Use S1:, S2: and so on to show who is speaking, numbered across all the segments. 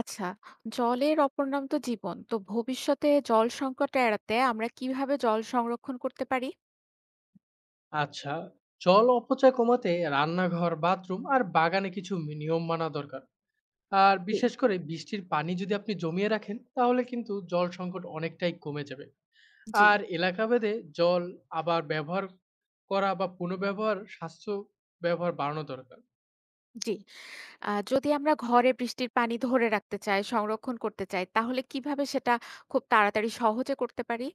S1: আচ্ছা, জলের অপর নাম তো জীবন। তো ভবিষ্যতে জল সংকট এড়াতে আমরা কিভাবে জল সংরক্ষণ করতে পারি?
S2: আচ্ছা, জল অপচয় কমাতে রান্নাঘর, বাথরুম আর বাগানে নিয়ম মানা দরকার। আর
S1: জি,
S2: বিশেষ করে বৃষ্টির পানি যদি আপনি জমিয়ে রাখেন, তাহলে কিন্তু জল সংকট অনেকটাই কমে যাবে।
S1: জি,
S2: আর এলাকা ভেদে জল আবার ব্যবহার করা বা পুনর্ব্যবহার স্বাস্থ্য ব্যবহার বাড়ানো দরকার।
S1: জি। যদি আমরা ঘরে বৃষ্টির পানি ধরে রাখতে চাই, সংরক্ষণ করতে চাই, তাহলে কিভাবে সেটা খুব তাড়াতাড়ি সহজে করতে পারি?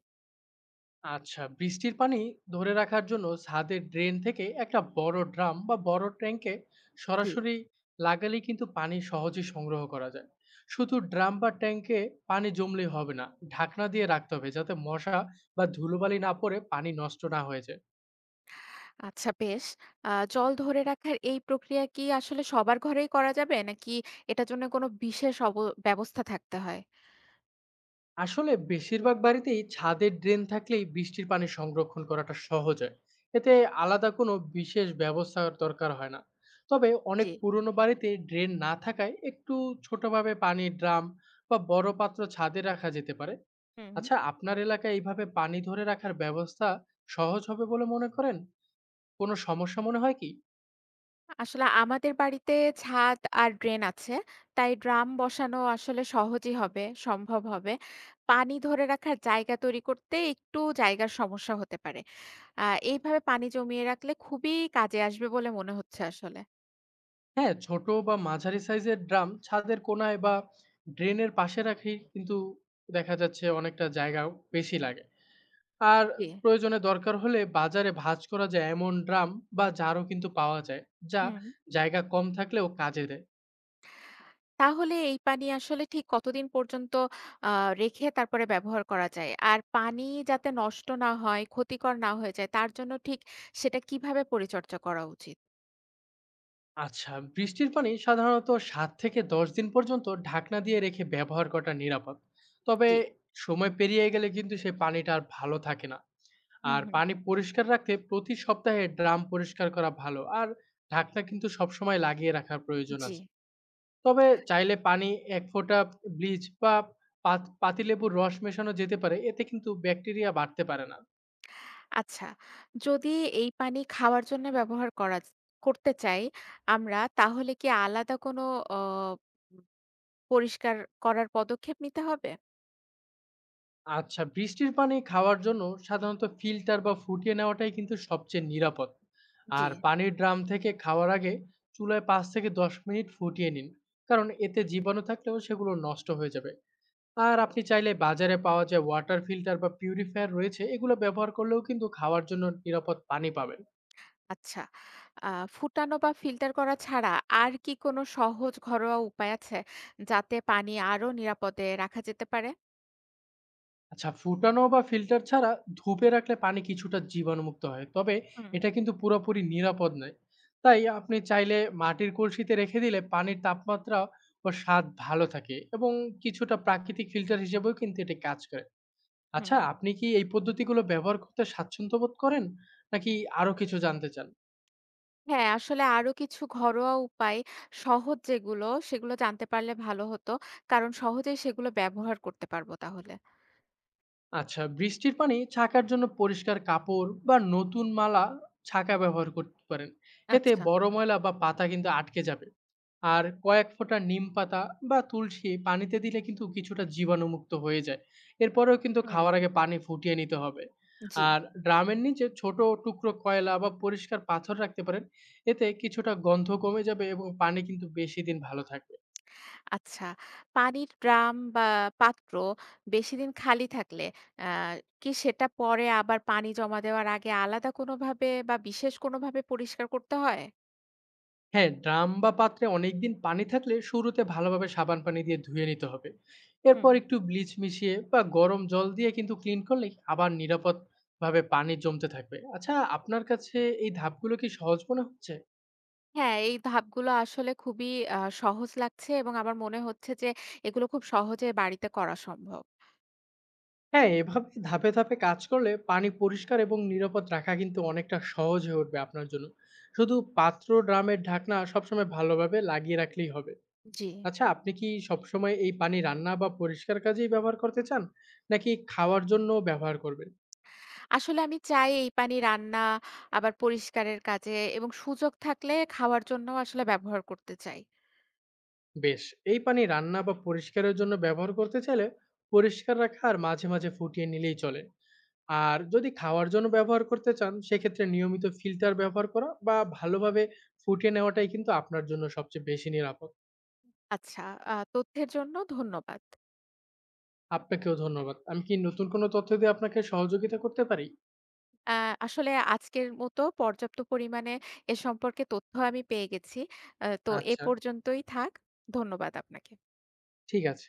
S2: আচ্ছা, বৃষ্টির পানি ধরে রাখার জন্য ছাদের ড্রেন থেকে একটা বড় ড্রাম বা বড় ট্যাঙ্কে
S1: জি।
S2: সরাসরি লাগালেই কিন্তু পানি সহজে সংগ্রহ করা যায়। শুধু ড্রাম বা ট্যাঙ্কে পানি জমলে হবে না, ঢাকনা দিয়ে রাখতে হবে যাতে মশা বা ধুলোবালি না পড়ে, পানি নষ্ট না হয়ে যায়।
S1: আচ্ছা বেশ। জল ধরে রাখার এই প্রক্রিয়া কি আসলে সবার ঘরেই করা যাবে? নাকি এটার জন্য কোনো বিশেষ ব্যবস্থা থাকতে হয়?
S2: আসলে বেশিরভাগ বাড়িতেই ছাদের ড্রেন থাকলেই বৃষ্টির পানি সংরক্ষণ করাটা সহজ হয়। এতে আলাদা কোনো বিশেষ ব্যবস্থার দরকার হয় না। তবে অনেক
S1: জি।
S2: পুরনো বাড়িতে ড্রেন না থাকায় একটু ছোটভাবে পানির ড্রাম বা বড় পাত্র ছাদে রাখা যেতে পারে।
S1: হুম।
S2: আচ্ছা, আপনার এলাকায় এইভাবে পানি ধরে রাখার ব্যবস্থা সহজ হবে বলে মনে করেন? কোনো সমস্যা মনে হয় কি?
S1: আসলে আমাদের বাড়িতে ছাদ আর ড্রেন আছে। তাই ড্রাম বসানো আসলে সহজই হবে, সম্ভব হবে। পানি ধরে রাখার জায়গা তৈরি করতে একটু জায়গার সমস্যা হতে পারে। আ এইভাবে পানি জমিয়ে রাখলে খুবই কাজে আসবে বলে মনে হচ্ছে আসলে।
S2: হ্যাঁ, ছোট বা মাঝারি সাইজের ড্রাম ছাদের কোণায় বা ড্রেনের পাশে রাখি, কিন্তু দেখা যাচ্ছে অনেকটা জায়গাও বেশি লাগে। আর
S1: জি,
S2: প্রয়োজনে দরকার হলে বাজারে ভাঁজ করা যায় এমন ড্রাম বা জারও কিন্তু পাওয়া যায়, যা
S1: হুম।
S2: জায়গা কম থাকলেও কাজে দেয়।
S1: তাহলে এই পানি আসলে ঠিক কতদিন পর্যন্ত আ রেখে তারপরে ব্যবহার করা যায়? আর পানি যাতে নষ্ট না হয়, ক্ষতিকর না হয়ে যায়, তার জন্য ঠিক সেটা কিভাবে পরিচর্যা করা উচিত?
S2: আচ্ছা, বৃষ্টির পানি সাধারণত ৭ থেকে ১০ দিন পর্যন্ত ঢাকনা দিয়ে রেখে ব্যবহার করাটা নিরাপদ। তবে
S1: জি,
S2: সময় পেরিয়ে গেলে কিন্তু সেই পানিটা আর ভালো থাকে না।
S1: হুম,
S2: আর
S1: হুম।
S2: পানি পরিষ্কার রাখতে প্রতি সপ্তাহে ড্রাম পরিষ্কার করা ভালো, আর ঢাকনা কিন্তু সবসময় লাগিয়ে রাখার প্রয়োজন
S1: জি।
S2: আছে। তবে চাইলে পানি, ১ ফোঁটা ব্লিচ বা পাতিলেবুর রস মেশানো যেতে পারে। এতে কিন্তু ব্যাকটেরিয়া বাড়তে পারে না।
S1: আচ্ছা, যদি এই পানি খাওয়ার জন্য ব্যবহার করা য করতে চাই আমরা তাহলে কি আলাদা কোনো অ উম পরিষ্কার করার পদক্ষেপ নিতে হবে?
S2: আচ্ছা, বৃষ্টির পানি খাওয়ার জন্য সাধারণত ফিল্টার বা ফুটিয়ে নেওয়াটাই কিন্তু সবচেয়ে নিরাপদ।
S1: জি।
S2: আর পানির ড্রাম থেকে খাওয়ার আগে চুলায় ৫ থেকে ১০ মিনিট ফুটিয়ে নিন। কারণ এতে জীবাণু থাকলেও সেগুলো নষ্ট হয়ে যাবে। আর আপনি চাইলে বাজারে পাওয়া যায় ওয়াটার ফিল্টার বা পিউরিফায়ার রয়েছে, এগুলো ব্যবহার করলেও কিন্তু খাওয়ার জন্য নিরাপদ পানি পাবেন।
S1: আচ্ছা। আ ফুটানো বা ফিল্টার করা ছাড়া আর কি কোনো সহজ ঘরোয়া উপায় আছে? যাতে পানি আরো নিরাপদে রাখা যেতে পারে?
S2: আচ্ছা, ফুটানো বা ফিল্টার ছাড়া ধূপে রাখলে পানি কিছুটা জীবাণুমুক্ত হয়, তবে
S1: হুম,
S2: এটা কিন্তু পুরোপুরি নিরাপদ নয়। তাই আপনি চাইলে মাটির কলসিতে রেখে দিলে পানির তাপমাত্রা ও স্বাদ ভালো থাকে, এবং কিছুটা প্রাকৃতিক ফিল্টার হিসেবেও কিন্তু এটি কাজ করে।
S1: হুম।
S2: আচ্ছা, আপনি কি এই পদ্ধতিগুলো ব্যবহার করতে স্বাচ্ছন্দ্য বোধ করেন, নাকি আরো কিছু জানতে চান?
S1: হ্যাঁ, আসলে আরো কিছু ঘরোয়া উপায় সহজ যেগুলো, সেগুলো জানতে পারলে ভালো হতো। কারণ সহজেই সেগুলো ব্যবহার করতে পারবো তাহলে।
S2: আচ্ছা, বৃষ্টির পানি ছাকার জন্য পরিষ্কার কাপড় বা নতুন মালা ছাকা ব্যবহার করতে পারেন। এতে
S1: আচ্ছা,
S2: বড় ময়লা বা পাতা কিন্তু আটকে যাবে। আর কয়েক ফোঁটা নিম পাতা বা তুলসী পানিতে দিলে কিন্তু কিছুটা জীবাণুমুক্ত হয়ে যায়। এরপরেও কিন্তু
S1: হুম।
S2: খাওয়ার আগে পানি ফুটিয়ে নিতে হবে।
S1: জি,
S2: আর ড্রামের নিচে ছোট টুকরো কয়লা বা পরিষ্কার পাথর রাখতে পারেন। এতে কিছুটা গন্ধ কমে যাবে এবং পানি কিন্তু বেশি দিন ভালো থাকবে।
S1: আচ্ছা। পানির ড্রাম বা পাত্র বেশিদিন খালি থাকলে আ কি সেটা পরে আবার পানি জমা দেওয়ার আগে আলাদা কোনোভাবে বা বিশেষ কোনোভাবে পরিষ্কার করতে হয়?
S2: হ্যাঁ, ড্রাম বা পাত্রে অনেকদিন পানি থাকলে শুরুতে ভালোভাবে সাবান পানি দিয়ে ধুয়ে নিতে হবে। এরপর
S1: হুম।
S2: একটু ব্লিচ মিশিয়ে বা গরম জল দিয়ে কিন্তু ক্লিন করলেই আবার নিরাপদভাবে পানি জমতে থাকবে। আচ্ছা, আপনার কাছে এই ধাপগুলো কি সহজ মনে হচ্ছে?
S1: হ্যাঁ, এই ধাপগুলো আসলে খুবই সহজ লাগছে এবং আমার মনে হচ্ছে যে এগুলো খুব সহজে বাড়িতে করা সম্ভব।
S2: হ্যাঁ, এভাবে ধাপে, ধাপে কাজ করলে পানি পরিষ্কার এবং নিরাপদ রাখা কিন্তু অনেকটা সহজ হয়ে উঠবে আপনার জন্য। শুধু পাত্র, ড্রামের ঢাকনা সবসময় ভালোভাবে লাগিয়ে রাখলেই হবে।
S1: জি।
S2: আচ্ছা, আপনি কি সবসময় এই পানি রান্না বা পরিষ্কার কাজেই ব্যবহার করতে চান? নাকি খাওয়ার জন্যও ব্যবহার করবেন?
S1: আসলে আমি চাই এই পানি রান্না, আবার পরিষ্কারের কাজে এবং সুযোগ থাকলে খাওয়ার জন্যও আসলে ব্যবহার করতে চাই।
S2: বেশ, এই পানি রান্না বা পরিষ্কারের জন্য ব্যবহার করতে চাইলে পরিষ্কার রাখা আর মাঝে, মাঝে ফুটিয়ে নিলেই চলে। আর যদি খাওয়ার জন্য ব্যবহার করতে চান, সেক্ষেত্রে নিয়মিত ফিল্টার ব্যবহার করা বা ভালোভাবে ফুটিয়ে নেওয়াটাই কিন্তু আপনার জন্য সবচেয়ে বেশি নিরাপদ।
S1: আচ্ছা, তথ্যের জন্য ধন্যবাদ।
S2: আপনাকেও ধন্যবাদ। আমি কি নতুন কোনো তথ্য দিয়ে আপনাকে সহযোগিতা করতে পারি?
S1: আ আসলে আজকের মতো পর্যাপ্ত পরিমাণে এ সম্পর্কে তথ্য আমি পেয়ে গেছি। তো এ
S2: আচ্ছা,
S1: পর্যন্তই থাক। ধন্যবাদ আপনাকে।
S2: ঠিক আছে।